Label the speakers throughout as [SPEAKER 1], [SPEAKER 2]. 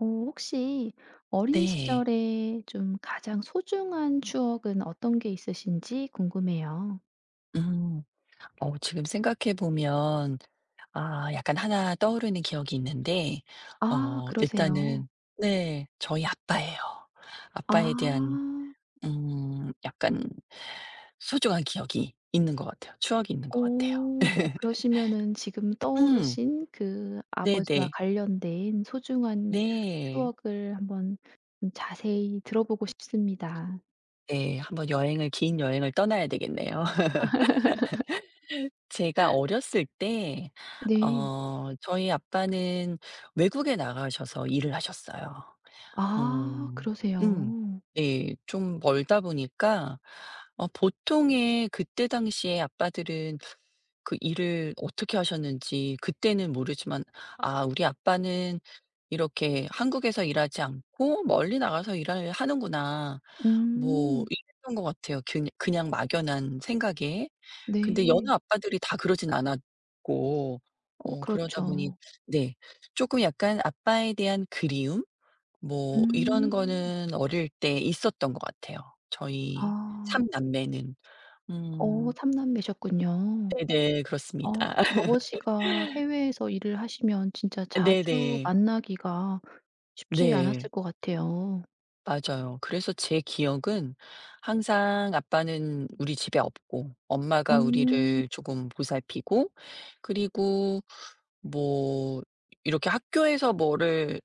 [SPEAKER 1] 어, 혹시 어린
[SPEAKER 2] 네.
[SPEAKER 1] 시절에 좀 가장 소중한 추억은 어떤 게 있으신지 궁금해요.
[SPEAKER 2] 음. 어 지금 생각해 보면 아 약간 하나 떠오르는 기억이 있는데
[SPEAKER 1] 아,
[SPEAKER 2] 어
[SPEAKER 1] 그러세요.
[SPEAKER 2] 일단은 네. 저희 아빠예요.
[SPEAKER 1] 아.
[SPEAKER 2] 아빠에 대한 약간 소중한 기억이 있는 것 같아요. 추억이 있는 것 같아요.
[SPEAKER 1] 오. 오, 그러시면은 지금
[SPEAKER 2] 음.
[SPEAKER 1] 떠오르신 그 아버지와
[SPEAKER 2] 네네.
[SPEAKER 1] 관련된 소중한
[SPEAKER 2] 네.
[SPEAKER 1] 추억을 한번 좀 자세히 들어보고 싶습니다.
[SPEAKER 2] 네. 한번 여행을 긴 여행을 떠나야 되겠네요. 제가 어렸을 때
[SPEAKER 1] 네.
[SPEAKER 2] 어 저희 아빠는 외국에 나가셔서 일을 하셨어요.
[SPEAKER 1] 아,
[SPEAKER 2] 어. 음.
[SPEAKER 1] 그러세요.
[SPEAKER 2] 네. 좀 멀다 보니까 어 보통의 그때 당시에 아빠들은 그 일을 어떻게 하셨는지 그때는 모르지만 '아 우리 아빠는 이렇게 한국에서 일하지 않고 멀리 나가서 일을 하는구나.' 뭐
[SPEAKER 1] 음.
[SPEAKER 2] 이랬던 것 같아요 그냥 막연한 생각에. 근데 여느
[SPEAKER 1] 네.
[SPEAKER 2] 아빠들이 다 그러진 않았고
[SPEAKER 1] 어,
[SPEAKER 2] 어 그러다 보니
[SPEAKER 1] 그렇죠.
[SPEAKER 2] 네. 쪼끔 약간 아빠에 대한 그리움? 뭐 이런
[SPEAKER 1] 음.
[SPEAKER 2] 거는 어릴 때 있었던 것 같아요. 저희 3
[SPEAKER 1] 아.
[SPEAKER 2] 남매는.
[SPEAKER 1] 어,
[SPEAKER 2] 음.
[SPEAKER 1] 3 남매셨군요.
[SPEAKER 2] 네네. 그렇습니다.
[SPEAKER 1] 아, 아버지가 해외에서 일을 하시면 진짜 자주
[SPEAKER 2] 네네.
[SPEAKER 1] 만나기가 쉽지
[SPEAKER 2] 네.
[SPEAKER 1] 않았을 것 같아요.
[SPEAKER 2] 맞아요. 그래서 제 기억은 항상 아빠는 우리 집에 없고 엄마가
[SPEAKER 1] 음.
[SPEAKER 2] 우리를 조금 보살피고 그리고 뭐 이렇게 학교에서 뭐를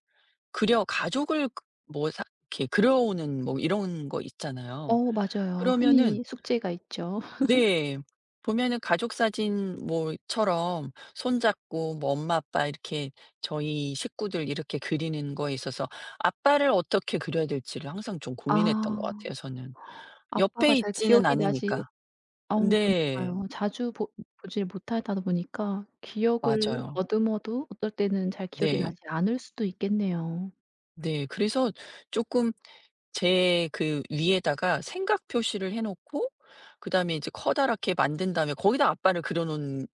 [SPEAKER 2] 그려 가족을 그 뭐 사 이렇게 그려오는 뭐 이런 거 있잖아요.
[SPEAKER 1] 어, 맞아요.
[SPEAKER 2] 그러면은
[SPEAKER 1] 흔히 숙제가 있죠.
[SPEAKER 2] 네. 보면은 가족 사진 뭐처럼 손잡고 뭐 엄마 아빠 이렇게 저희 식구들 이렇게 그리는 거에 있어서 아빠를 어떻게 그려야 될지를 항상 좀 고민했던 것 같아요
[SPEAKER 1] 아,
[SPEAKER 2] 저는.
[SPEAKER 1] 아빠가
[SPEAKER 2] 옆에
[SPEAKER 1] 잘
[SPEAKER 2] 있지는
[SPEAKER 1] 기억이 나지.
[SPEAKER 2] 않으니까.
[SPEAKER 1] 어,
[SPEAKER 2] 네.
[SPEAKER 1] 그러니까요. 자주 보 보질 못하다 보니까 기억을
[SPEAKER 2] 맞아요.
[SPEAKER 1] 더듬어도 어떨 때는 잘 기억이
[SPEAKER 2] 네.
[SPEAKER 1] 나지 않을 수도 있겠네요.
[SPEAKER 2] 네. 그래서 조금 제 그 위에다가 생각 표시를 해 놓고 그다음에 이제 커다랗게 만든 다음에 거기다 아빠를 그려 놓은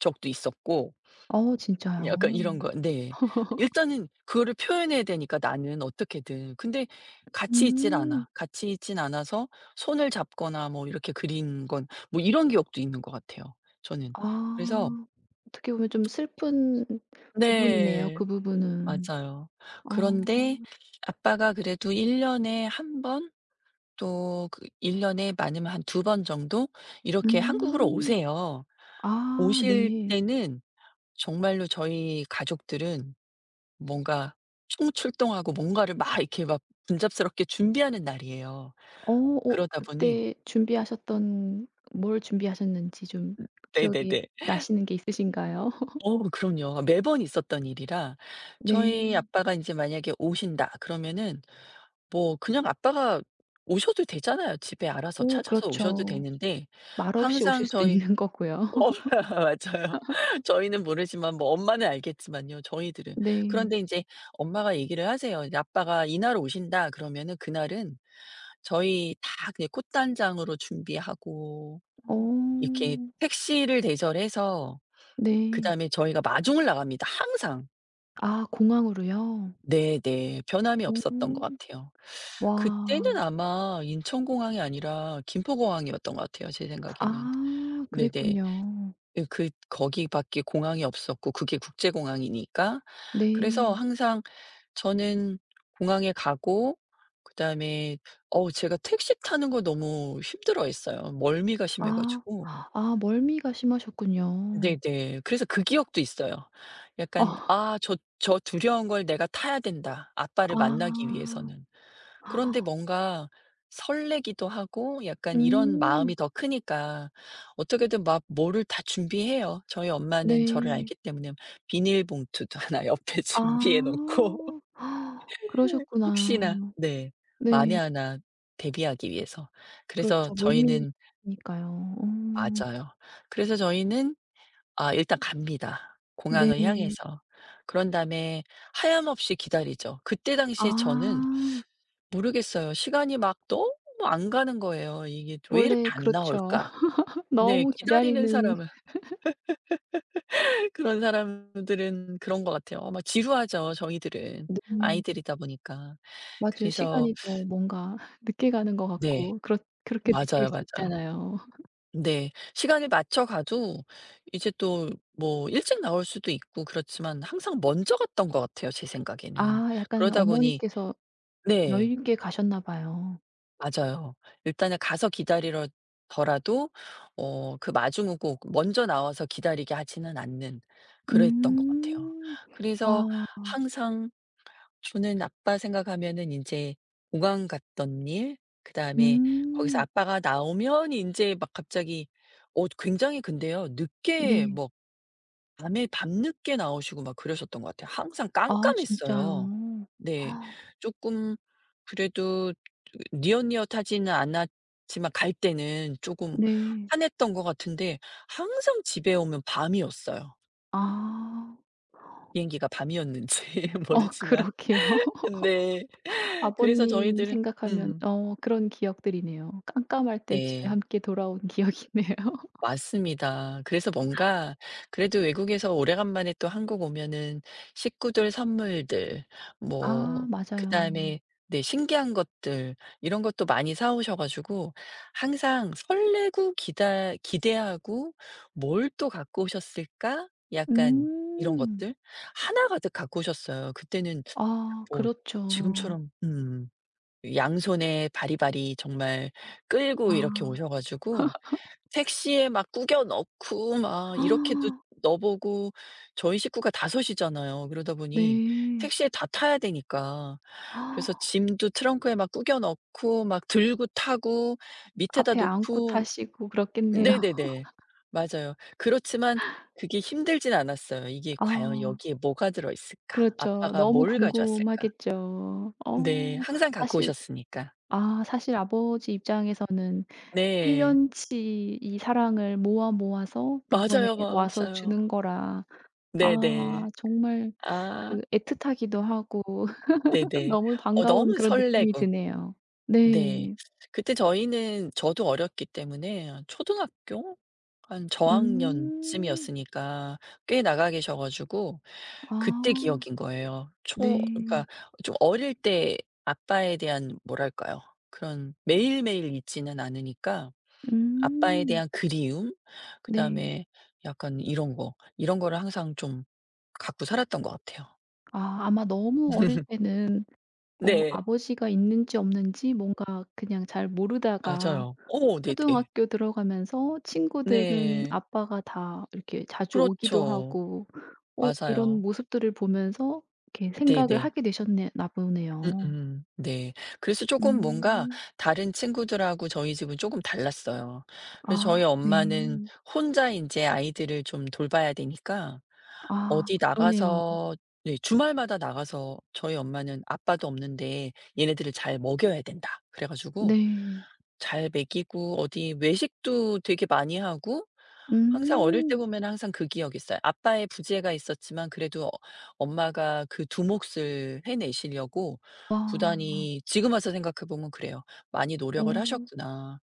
[SPEAKER 2] 적도 있었고
[SPEAKER 1] 어, 진짜요?
[SPEAKER 2] 약간 이런 거 네. 일단은 그거를 표현해야 되니까 나는 어떻게든. 근데 같이 있질
[SPEAKER 1] 음.
[SPEAKER 2] 않아. 같이 있진 않아서 손을 잡거나 뭐 이렇게 그린 건 뭐 이런 기억도 있는 것 같아요 저는. 그래서
[SPEAKER 1] 아. 어떻게 보면 좀 슬픈 부분이네요,
[SPEAKER 2] 네.
[SPEAKER 1] 그 부분은.
[SPEAKER 2] 맞아요.
[SPEAKER 1] 어.
[SPEAKER 2] 그런데 아빠가 그래도 1 년에 한 번 또 그 1 년에 많으면 한 두 번 정도 이렇게 한국으로
[SPEAKER 1] 음.
[SPEAKER 2] 오세요.
[SPEAKER 1] 아,
[SPEAKER 2] 오실
[SPEAKER 1] 네.
[SPEAKER 2] 때는 정말로 저희 가족들은 뭔가 총출동하고 뭔가를 막 이렇게 막 분잡스럽게 준비하는 날이에요.
[SPEAKER 1] 어. 어,
[SPEAKER 2] 그러다 보니
[SPEAKER 1] 그때 준비하셨던, 뭘 준비하셨는지 좀 기억이
[SPEAKER 2] 네네네.
[SPEAKER 1] 나시는 게 있으신가요?
[SPEAKER 2] 어 그럼요. 매번 있었던 일이라 저희
[SPEAKER 1] 네.
[SPEAKER 2] 아빠가 인제 만약에 오신다 그러면은 뭐 그냥 아빠가 오셔도 되잖아요. 집에 알아서
[SPEAKER 1] 오,
[SPEAKER 2] 찾아서 오셔도
[SPEAKER 1] 그렇죠.
[SPEAKER 2] 되는데
[SPEAKER 1] 말없이
[SPEAKER 2] 항상
[SPEAKER 1] 오실 수도
[SPEAKER 2] 저희
[SPEAKER 1] 있는 거고요.
[SPEAKER 2] 어 맞아요. 저희는 모르지만 뭐 엄마는 알겠지만요, 저희들은.
[SPEAKER 1] 네.
[SPEAKER 2] 그런데 이제 엄마가 얘기를 하세요. 이제 "아빠가 이날 오신다." 그러면은 그날은 저희 다 그냥 꽃단장으로 준비하고 어.
[SPEAKER 1] 어.
[SPEAKER 2] 이렇게 택시를 대절해서
[SPEAKER 1] 네.
[SPEAKER 2] 그다음에 저희가 마중을 나갑니다, 항상.
[SPEAKER 1] 아, 공항으로요?
[SPEAKER 2] 네네. 변함이 없었던 것
[SPEAKER 1] 오.
[SPEAKER 2] 같아요.
[SPEAKER 1] 와.
[SPEAKER 2] 그때는 아마 인천공항이 아니라 김포공항이었던 것 같아요, 제 생각에는.
[SPEAKER 1] 아,
[SPEAKER 2] 네네.
[SPEAKER 1] 그랬군요.
[SPEAKER 2] 예 그 거기밖에 공항이 없었고 그게 국제공항이니까.
[SPEAKER 1] 네.
[SPEAKER 2] 그래서 항상 저는 공항에 가고 그다음에 어우 제가 택시 타는 거 너무 힘들어했어요. 멀미가 심해
[SPEAKER 1] 아.
[SPEAKER 2] 가지고.
[SPEAKER 1] 아, 멀미가 심하셨군요.
[SPEAKER 2] 네네. 그래서 그 기억도 있어요.
[SPEAKER 1] 어.
[SPEAKER 2] 약간 '아 저 두려운 걸 내가 타야 된다, 아빠를 만나기
[SPEAKER 1] 아.
[SPEAKER 2] 위해서는.' 그런데 뭔가 설레기도 하고 약간 이런
[SPEAKER 1] 음.
[SPEAKER 2] 마음이 더 크니까 어떻게든 막 뭐를 다 준비해요. 저희 엄마는 저를
[SPEAKER 1] 네.
[SPEAKER 2] 알기 때문에 비닐봉투도 하나 옆에
[SPEAKER 1] 아.
[SPEAKER 2] 준비해 놓고 혹시나
[SPEAKER 1] 그러셨구나.
[SPEAKER 2] 네. 만에
[SPEAKER 1] 네.
[SPEAKER 2] 하나 대비하기 위해서. 그래서
[SPEAKER 1] 그렇죠.
[SPEAKER 2] 저희는
[SPEAKER 1] 멀미니까요. 음.
[SPEAKER 2] 맞아요. 그래서 저희는 아 일단 갑니다, 공항을
[SPEAKER 1] 네.
[SPEAKER 2] 향해서. 그런 다음에 하염없이 기다리죠. 그때 당시에 저는
[SPEAKER 1] 아.
[SPEAKER 2] 모르겠어요. 시간이 막 너무 안 가는 거예요. 이게 '왜 이렇게
[SPEAKER 1] 원래
[SPEAKER 2] 안
[SPEAKER 1] 그렇죠.
[SPEAKER 2] 나올까?' 네.
[SPEAKER 1] 너무
[SPEAKER 2] 기다리는
[SPEAKER 1] 기다리는.
[SPEAKER 2] 사람은 그런 사람들은 그런 것 같아요. 어 막 지루하죠, 저희들은.
[SPEAKER 1] 네.
[SPEAKER 2] 아이들이다 보니까.
[SPEAKER 1] 맞아요.
[SPEAKER 2] 그래서
[SPEAKER 1] 시간이 더 뭔가 늦게 가는 것
[SPEAKER 2] 네.
[SPEAKER 1] 같고, 그렇게 느낄
[SPEAKER 2] 맞아요,
[SPEAKER 1] 수
[SPEAKER 2] 맞아요.
[SPEAKER 1] 있잖아요.
[SPEAKER 2] 네. 시간을 맞춰 가도 이제 또 뭐 일찍 나올 수도 있고 그렇지만 항상 먼저 갔던 것 같아요, 제 생각에는.
[SPEAKER 1] 아, 약간
[SPEAKER 2] 그러다 보니
[SPEAKER 1] 어머니께서
[SPEAKER 2] 네.
[SPEAKER 1] 여유 있게 가셨나 봐요.
[SPEAKER 2] 맞아요. 일단은 가서 기다리러 더라도 어 그 마중오고 먼저 나와서 기다리게 하지는 않는 그랬던 것 같아요.
[SPEAKER 1] 음.
[SPEAKER 2] 그래서
[SPEAKER 1] 와.
[SPEAKER 2] 항상 저는 아빠 생각하면은 인제 공항 갔던 일 그다음에 거기서
[SPEAKER 1] 음.
[SPEAKER 2] 아빠가 나오면 인제 막 갑자기 어 굉장히 근데요. 늦게
[SPEAKER 1] 네.
[SPEAKER 2] 뭐 밤에 밤늦게 나오시고 막 그러셨던 것 같아요. 항상
[SPEAKER 1] 아,
[SPEAKER 2] 깜깜했어요.
[SPEAKER 1] 진짜요?
[SPEAKER 2] 네. 쪼끔 그래도 니엇니엇하지는 않았지만 갈 때는 쪼금
[SPEAKER 1] 네.
[SPEAKER 2] 화냈던 것 같은데 항상 집에 오면 밤이었어요.
[SPEAKER 1] 아.
[SPEAKER 2] 비행기가 밤이었는지
[SPEAKER 1] 어,
[SPEAKER 2] 모르지만.
[SPEAKER 1] 그러게요.
[SPEAKER 2] 네. 그래서
[SPEAKER 1] 아버님
[SPEAKER 2] 저희들은
[SPEAKER 1] 생각하면
[SPEAKER 2] 음.
[SPEAKER 1] 어, 그런 기억들이네요. 깜깜할 때 집에
[SPEAKER 2] 네.
[SPEAKER 1] 함께 돌아온 기억이네요.
[SPEAKER 2] 맞습니다. 그래서 뭔가 그래도 외국에서 오래간만에 또 한국 오면은 식구들 선물들
[SPEAKER 1] 아,
[SPEAKER 2] 뭐
[SPEAKER 1] 맞아요.
[SPEAKER 2] 그다음에 네 신기한 것들 이런 것도 많이 사 오셔 가지고 항상 설레고 기다 기대하고 '뭘 또 갖고 오셨을까?' 약간 이런
[SPEAKER 1] 음.
[SPEAKER 2] 것들 하나가득 갖고 오셨어요. 그때는
[SPEAKER 1] 아,
[SPEAKER 2] 뭐
[SPEAKER 1] 그렇죠.
[SPEAKER 2] 지금처럼 양손에 바리바리 정말 끌고 이렇게
[SPEAKER 1] 와.
[SPEAKER 2] 오셔 가지고 택시에 막 구겨 넣고 막 이렇게도 넣어 보고 저희 식구가 다섯 이잖아요. 그러다 보니
[SPEAKER 1] 네.
[SPEAKER 2] 택시에 다 타야 되니까 그래서 짐도 트렁크에 막 구겨 넣고 막 들고 타고 밑에다
[SPEAKER 1] 앞에 안고
[SPEAKER 2] 놓고
[SPEAKER 1] 타시고 그렇겠네요.
[SPEAKER 2] 네네네. 맞아요. 그렇지만 그게 힘들진 않았어요. '이게 과연
[SPEAKER 1] 아.
[SPEAKER 2] 여기에 뭐가 들어 있을까?
[SPEAKER 1] 그렇죠.
[SPEAKER 2] 아빠가
[SPEAKER 1] 너무
[SPEAKER 2] 뭘 가져왔을까?'
[SPEAKER 1] 궁금하겠죠.
[SPEAKER 2] 네.
[SPEAKER 1] 어.
[SPEAKER 2] 항상 갖고
[SPEAKER 1] 사실
[SPEAKER 2] 오셨으니까.
[SPEAKER 1] 사실 아버지 입장에서는 1
[SPEAKER 2] 네.
[SPEAKER 1] 년치 이 사랑을 모아 모아서 이번에
[SPEAKER 2] 맞아요,
[SPEAKER 1] 와서 주는
[SPEAKER 2] 맞아요.
[SPEAKER 1] 거라,
[SPEAKER 2] 네네.
[SPEAKER 1] 아 정말
[SPEAKER 2] 아
[SPEAKER 1] 그 애틋하기도 하고
[SPEAKER 2] 네네.
[SPEAKER 1] 너무
[SPEAKER 2] 어
[SPEAKER 1] 반가운
[SPEAKER 2] 너무
[SPEAKER 1] 그런 느낌이
[SPEAKER 2] 설레고.
[SPEAKER 1] 드네요.
[SPEAKER 2] 네.
[SPEAKER 1] 네.
[SPEAKER 2] 그때 저희는 저도 어렸기 때문에 한 초등학교 한
[SPEAKER 1] 음.
[SPEAKER 2] 저학년쯤이었으니까 꽤 나가 계셔 가지고 그때
[SPEAKER 1] 아,
[SPEAKER 2] 기억인 거예요. 초
[SPEAKER 1] 네.
[SPEAKER 2] 그러니까 좀 어릴 때 아빠에 대한 뭐랄까요? 그런 매일매일 있지는 않으니까 아빠에
[SPEAKER 1] 음.
[SPEAKER 2] 대한 그리움
[SPEAKER 1] 네.
[SPEAKER 2] 그다음에 약간 이런 거, 이런 거를 항상 좀 갖고 살았던 것 같아요.
[SPEAKER 1] 아, 아마 너무 어릴 때는 어,
[SPEAKER 2] 네.
[SPEAKER 1] 아버지가 있는지 없는지 뭔가 그냥 잘 모르다가
[SPEAKER 2] 맞아요. 오, 네네.
[SPEAKER 1] 초등학교 들어가면서 친구들은
[SPEAKER 2] 네.
[SPEAKER 1] 아빠가 다 이렇게 자주 오기도
[SPEAKER 2] 그렇죠.
[SPEAKER 1] 하고, 어, 이런
[SPEAKER 2] 맞아요.
[SPEAKER 1] 모습들을 보면서 이렇게 생각을
[SPEAKER 2] 네네.
[SPEAKER 1] 하게 되셨네 나 보네요.
[SPEAKER 2] 음음. 네. 그래서 조금 뭔가
[SPEAKER 1] 음.
[SPEAKER 2] 다른 친구들하고 저희 집은 조금 달랐어요. 그래서 저희
[SPEAKER 1] 아,
[SPEAKER 2] 엄마는
[SPEAKER 1] 네.
[SPEAKER 2] 혼자 인제 아이들을 좀 돌봐야 되니까
[SPEAKER 1] 아,
[SPEAKER 2] 어디
[SPEAKER 1] 그러네요.
[SPEAKER 2] 나가서 네 주말마다 나가서 저희 엄마는 아빠도 없는데 얘네들을 잘 먹여야 된다. 그래 가지고
[SPEAKER 1] 네.
[SPEAKER 2] 잘 먹이고 어디 외식도 되게 많이 하고 항상 어릴 때
[SPEAKER 1] 음.
[SPEAKER 2] 보면 항상 그 기억이 있어요. 아빠의 부재가 있었지만 그래도 어 엄마가 그 두 몫을 해내시려고
[SPEAKER 1] 와.
[SPEAKER 2] 부단히 지금 와서 생각해 보면 그래요. '많이
[SPEAKER 1] 어.
[SPEAKER 2] 노력을 하셨구나.'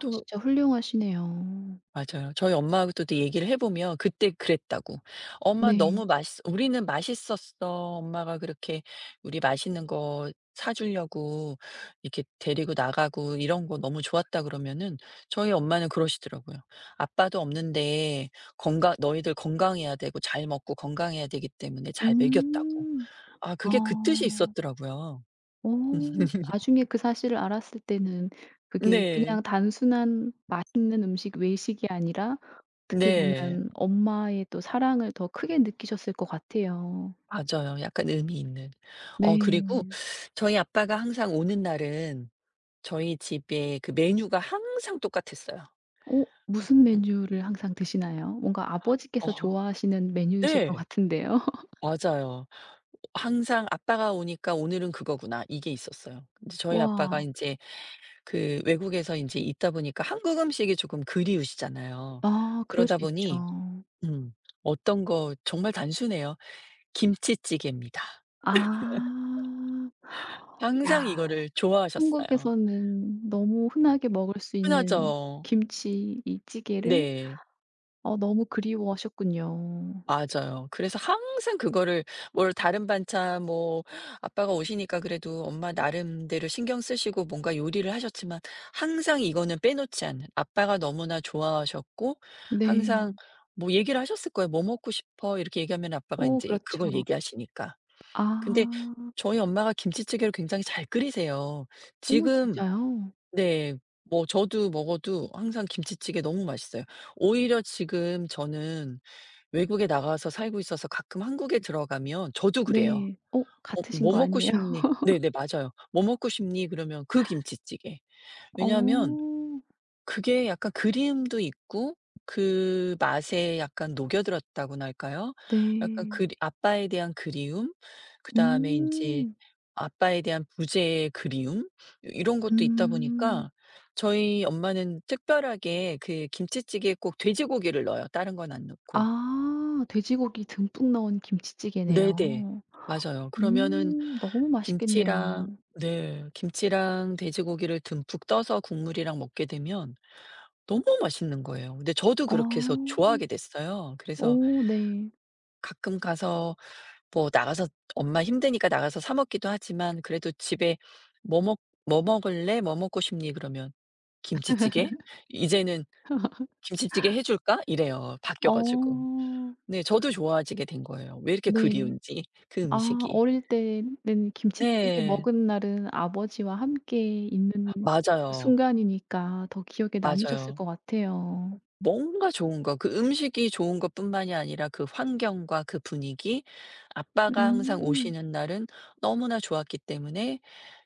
[SPEAKER 2] 또
[SPEAKER 1] 진짜 훌륭하시네요.
[SPEAKER 2] 맞아요. 저희 엄마하고 또 얘기를 해 보면 그때 그랬다고. "엄마
[SPEAKER 1] 네.
[SPEAKER 2] 너무 맛있어 우리는 맛있었어. 엄마가 그렇게 우리 맛있는 거 사 주려고 이렇게 데리고 나가고 이런 거 너무 좋았다." 그러면은 저희 엄마는 그러시더라고요. "아빠도 없는데 건강 너희들 건강해야 되고 잘 먹고 건강해야 되기 때문에 잘 먹였다."고.
[SPEAKER 1] 음.
[SPEAKER 2] 아 그게 그 뜻이
[SPEAKER 1] 아.
[SPEAKER 2] 있었더라고요.
[SPEAKER 1] 어, 나중에 그 사실을 알았을 때는 그게
[SPEAKER 2] 네.
[SPEAKER 1] 그냥 단순한 맛있는 음식 외식이 아니라 어떻게
[SPEAKER 2] 네.
[SPEAKER 1] 보면 엄마의 또 사랑을 더 크게 느끼셨을 것 같아요.
[SPEAKER 2] 맞아요. 약간 의미 있는. 어 그리고
[SPEAKER 1] 네.
[SPEAKER 2] 저희 아빠가 항상 오는 날은 저희 집에 그 메뉴가 항상 똑같았어요.
[SPEAKER 1] 어, 무슨
[SPEAKER 2] 음.
[SPEAKER 1] 메뉴를 항상 드시나요? 뭔가 아버지께서
[SPEAKER 2] 어.
[SPEAKER 1] 좋아하시는 메뉴이실 것
[SPEAKER 2] 네.
[SPEAKER 1] 같은데요.
[SPEAKER 2] 맞아요. 항상 '아빠가 오니까 오늘은 그거구나.' 이게 있었어요. 근데 저희 아빠가
[SPEAKER 1] 와.
[SPEAKER 2] 이제 그 외국에서 이제 있다 보니까 한국 음식이 조금 그리우시잖아요.
[SPEAKER 1] 아, 그럴 수
[SPEAKER 2] 그러다
[SPEAKER 1] 있죠.
[SPEAKER 2] 보니 음 어떤 거 정말 단순해요. 김치찌개입니다.
[SPEAKER 1] 아.
[SPEAKER 2] 항상
[SPEAKER 1] 야.
[SPEAKER 2] 이거를 좋아하셨어요.
[SPEAKER 1] 한국에서는 너무 흔하게 먹을 수 있는
[SPEAKER 2] 흔하죠.
[SPEAKER 1] 김치, 이 찌개를
[SPEAKER 2] 네.
[SPEAKER 1] 어, 너무 그리워하셨군요.
[SPEAKER 2] 맞아요. 그래서 항상 그거를 뭘 다른 반찬 뭐 아빠가 오시니까 그래도 엄마 나름대로 신경 쓰시고 뭔가 요리를 하셨지만 항상 이거는 빼놓지 않는 아빠가 너무나 좋아하셨고
[SPEAKER 1] 네.
[SPEAKER 2] 항상 뭐 얘기를 하셨을 거예요. "뭐 먹고 싶어?" 이렇게 얘기하면 아빠가 이
[SPEAKER 1] 오,
[SPEAKER 2] 제
[SPEAKER 1] 그렇죠.
[SPEAKER 2] 그걸 얘기하시니까. 근데
[SPEAKER 1] 아.
[SPEAKER 2] 저희 엄마가 김치찌개를 굉장히 잘 끓이세요.
[SPEAKER 1] 오,
[SPEAKER 2] 지금
[SPEAKER 1] 진짜요?
[SPEAKER 2] 네. 뭐 저도 먹어도 항상 김치찌개 너무 맛있어요. 오히려 지금 저는 외국에 나가서 살고 있어서 가끔 한국에 들어가면 저도 그래요.
[SPEAKER 1] 네. 어,
[SPEAKER 2] "어
[SPEAKER 1] 같으신
[SPEAKER 2] 뭐
[SPEAKER 1] 거
[SPEAKER 2] 먹고
[SPEAKER 1] 아니에요?
[SPEAKER 2] 싶니?" 네네 맞아요. "뭐 먹고 싶니?" 그러면 그 김치찌개.
[SPEAKER 1] 어.
[SPEAKER 2] 왜냐하면 그게 약간 그리움도 있고 그 맛에 약간 녹여들었다고나 할까요? 약간
[SPEAKER 1] 네.
[SPEAKER 2] 그리 아빠에 대한 그리움, 그다음에 인제
[SPEAKER 1] 음.
[SPEAKER 2] 아빠에 대한 부재의 그리움 요 이런 것도 있다
[SPEAKER 1] 음.
[SPEAKER 2] 보니까 저희 엄마는 특별하게 그 김치찌개에 꼭 돼지고기를 넣어요, 다른 건 안 넣고.
[SPEAKER 1] 아, 돼지고기 듬뿍 넣은
[SPEAKER 2] 네네.
[SPEAKER 1] 김치찌개네요.
[SPEAKER 2] 맞아요. 그러면은
[SPEAKER 1] 음, 너무 맛있겠네요.
[SPEAKER 2] 김치랑 네 김치랑 돼지고기를 듬뿍 떠서 국물이랑 먹게 되면 너무 맛있는 거예요. 근데 저도 그렇게 해서
[SPEAKER 1] 아.
[SPEAKER 2] 좋아하게 됐어요. 그래서
[SPEAKER 1] 오, 네.
[SPEAKER 2] 가끔 가서 뭐 나가서 엄마 힘드니까 나가서 사 먹기도 하지만 그래도 집에 "뭐 먹 "뭐 먹을래? 뭐 먹고 싶니?" 그러면 "김치찌개? 이제는 김치찌개 해 줄까?" 이래요, 바뀌어 가지고.
[SPEAKER 1] 어.
[SPEAKER 2] 네 저도 좋아지게 된 거예요. 왜 이렇게
[SPEAKER 1] 네.
[SPEAKER 2] 그리운지 그
[SPEAKER 1] 아,
[SPEAKER 2] 음식이.
[SPEAKER 1] 어릴 때는 김치찌개
[SPEAKER 2] 네.
[SPEAKER 1] 먹은 날은 아버지와 함께 있는 그
[SPEAKER 2] 맞아요.
[SPEAKER 1] 순간이니까 더 기억에 남으셨을
[SPEAKER 2] 맞아요.
[SPEAKER 1] 것 같아요.
[SPEAKER 2] 뭔가 좋은 거 그 음식이 좋은 것뿐만이 아니라 그 환경과 그 분위기 아빠가 항상
[SPEAKER 1] 음.
[SPEAKER 2] 오시는 날은 너무나 좋았기 때문에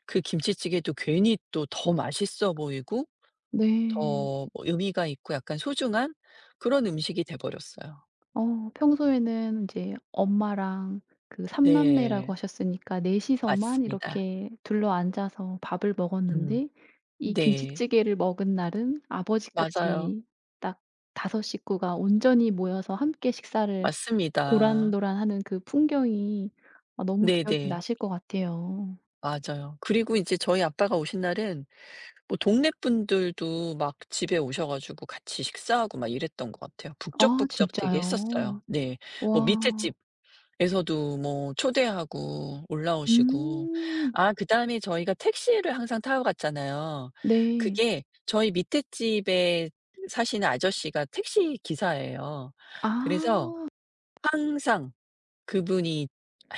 [SPEAKER 2] 그 김치찌개도 괜히 또 더 맛있어 보이고
[SPEAKER 1] 네.
[SPEAKER 2] 더 뭐 의미가 있고 약간 소중한 그런 음식이 돼 버렸어요.
[SPEAKER 1] 어, 평소에는 이제 엄마랑 그 삼
[SPEAKER 2] 네.
[SPEAKER 1] 남매라고 하셨으니까 넷 이서만
[SPEAKER 2] 맞습니다.
[SPEAKER 1] 이렇게 둘러앉아서 밥을
[SPEAKER 2] 음.
[SPEAKER 1] 먹었는데, 이
[SPEAKER 2] 네.
[SPEAKER 1] 김치찌개를 먹은 날은
[SPEAKER 2] 맞아요.
[SPEAKER 1] 아버지까지 딱 다섯 식구가 온전히 모여서 함께 식사를
[SPEAKER 2] 맞습니다.
[SPEAKER 1] 도란도란하는 그 풍경이, 아 너무 기억에
[SPEAKER 2] 네네.
[SPEAKER 1] 나실 것 같아요.
[SPEAKER 2] 맞아요. 그리고 이제 저희 아빠가 오신 날은 뭐 동네 분들도 막 집에 오셔 가지고 같이 식사하고 막 이랬던 것 같아요.
[SPEAKER 1] 아,
[SPEAKER 2] 북적북적 되게
[SPEAKER 1] 진짜요?
[SPEAKER 2] 했었어요. 네. 뭐 밑에
[SPEAKER 1] 와.
[SPEAKER 2] 집에서도 뭐 초대하고 올라오시고.
[SPEAKER 1] 음.
[SPEAKER 2] 아 그다음에 저희가 택시를 항상 타고 갔잖아요.
[SPEAKER 1] 네.
[SPEAKER 2] 그게 저희 밑에 집에 사시는 아저씨가 택시 기사예요. 그래서
[SPEAKER 1] 아.
[SPEAKER 2] 항상 그분이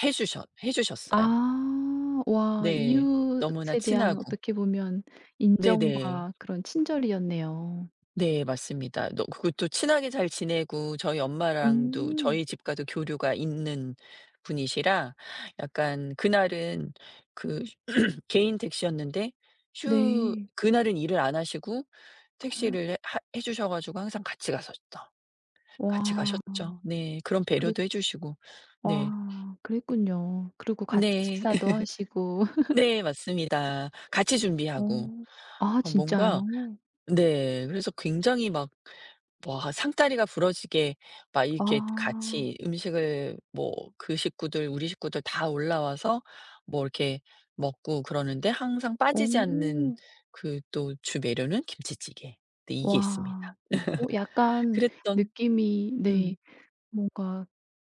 [SPEAKER 2] 해 주셨어요.
[SPEAKER 1] 아. 와,
[SPEAKER 2] 네. 너무나
[SPEAKER 1] 이웃에 대한
[SPEAKER 2] 친하고.
[SPEAKER 1] 어떻게 보면
[SPEAKER 2] 네네.
[SPEAKER 1] 인정과 그런 친절이었네요.
[SPEAKER 2] 네 맞습니다. 너 그것도 친하게 잘 지내고 저희 엄마랑도
[SPEAKER 1] 음.
[SPEAKER 2] 저희 집과도 교류가 있는 분이시라 약간 그날은 그 개인 택시였는데 휴
[SPEAKER 1] 네.
[SPEAKER 2] 그날은 일을 안 하시고 택시를 해 주셔 가지고 항상 같이 갔었죠. 같이
[SPEAKER 1] 와.
[SPEAKER 2] 가셨죠. 네. 그런
[SPEAKER 1] 그리고
[SPEAKER 2] 배려도 해 주시고. 네.
[SPEAKER 1] 와, 그랬군요. 그리고 같이
[SPEAKER 2] 네.
[SPEAKER 1] 식사도 하시고.
[SPEAKER 2] 네 맞습니다. 같이 준비하고.
[SPEAKER 1] 어. 아,
[SPEAKER 2] 어 뭔가
[SPEAKER 1] 진짜요?
[SPEAKER 2] 네. 그래서 굉장히 막 와 상다리가 부러지게 막 이렇게
[SPEAKER 1] 아.
[SPEAKER 2] 같이 음식을 뭐 그 식구들 우리 식구들 다 올라와서 뭐 이렇게 먹고 그러는데 항상 빠지지 않는
[SPEAKER 1] 어.
[SPEAKER 2] 그 또 주 메뉴는 김치찌개. 네 이게 있습니다.
[SPEAKER 1] 와. 어, 약간
[SPEAKER 2] 그랬던
[SPEAKER 1] 느낌이 네.
[SPEAKER 2] 음.
[SPEAKER 1] 뭔가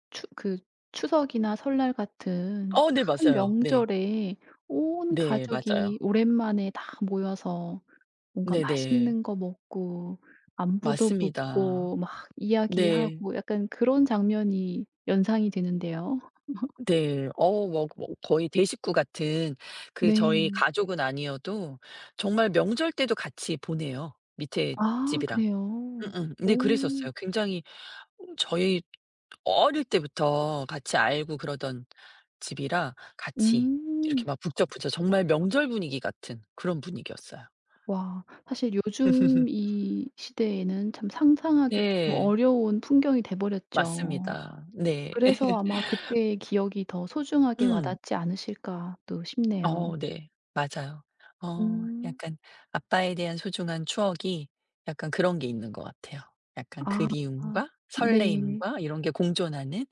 [SPEAKER 1] 추 그 추석이나 설날 같은
[SPEAKER 2] 어 네
[SPEAKER 1] 큰
[SPEAKER 2] 맞아요. 네.
[SPEAKER 1] 명절에 온
[SPEAKER 2] 네 맞아요.
[SPEAKER 1] 가족이 오랜만에 다 모여서 뭔가
[SPEAKER 2] 네네.
[SPEAKER 1] 맛있는 거 먹고, 안부도
[SPEAKER 2] 맞습니다.
[SPEAKER 1] 묻고 막
[SPEAKER 2] 네.
[SPEAKER 1] 이야기하고 약간 그런 장면이 연상이 되는데요.
[SPEAKER 2] 네. 어 뭐 뭐 거의 대식구 같은 그
[SPEAKER 1] 네.
[SPEAKER 2] 저희 가족은 아니어도 정말 명절 때도 같이 보내요, 밑에
[SPEAKER 1] 아,
[SPEAKER 2] 집이랑.
[SPEAKER 1] 그래요?
[SPEAKER 2] 응응. 네
[SPEAKER 1] 오.
[SPEAKER 2] 그랬었어요. 굉장히 어 저희 어릴 때부터 같이 알고 그러던 집이라 같이 이렇게
[SPEAKER 1] 음.
[SPEAKER 2] 막 북적북적 정말 명절 분위기 같은 그런 분위기였어요.
[SPEAKER 1] 와. 사실 요즘 이 시대에는 참 상상하기 조금
[SPEAKER 2] 네.
[SPEAKER 1] 어려운 풍경이 돼 버렸죠.
[SPEAKER 2] 맞습니다. 네.
[SPEAKER 1] 그래서 아마 그때의 기억이 더 소중하게
[SPEAKER 2] 음.
[SPEAKER 1] 와닿지 않으실까 또 싶네요.
[SPEAKER 2] 어 네. 맞아요. 어
[SPEAKER 1] 음.
[SPEAKER 2] 약간 아빠에 대한 소중한 추억이 약간 그런 게 있는 것 같아요. 약간
[SPEAKER 1] 아. 아,
[SPEAKER 2] 그리움과
[SPEAKER 1] 네.
[SPEAKER 2] 설레임과 이런 게 공존하는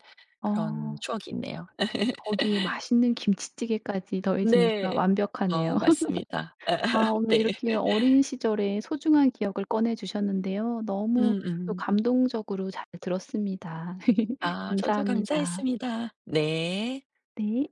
[SPEAKER 2] 그런
[SPEAKER 1] 어.
[SPEAKER 2] 추억이 있네요.
[SPEAKER 1] 거기에 맛있는 김치찌개까지 더해지니까
[SPEAKER 2] 네.
[SPEAKER 1] 완벽하네요.
[SPEAKER 2] 어 맞습니다.
[SPEAKER 1] 아, 오늘
[SPEAKER 2] 네.
[SPEAKER 1] 이렇게 어린 시절의 소중한 기억을 꺼내 주셨는데요. 너무 또
[SPEAKER 2] 음음.
[SPEAKER 1] 감동적으로 잘 들었습니다.
[SPEAKER 2] 아 저도
[SPEAKER 1] 감사합니다.
[SPEAKER 2] 감사했습니다. 네.
[SPEAKER 1] 네.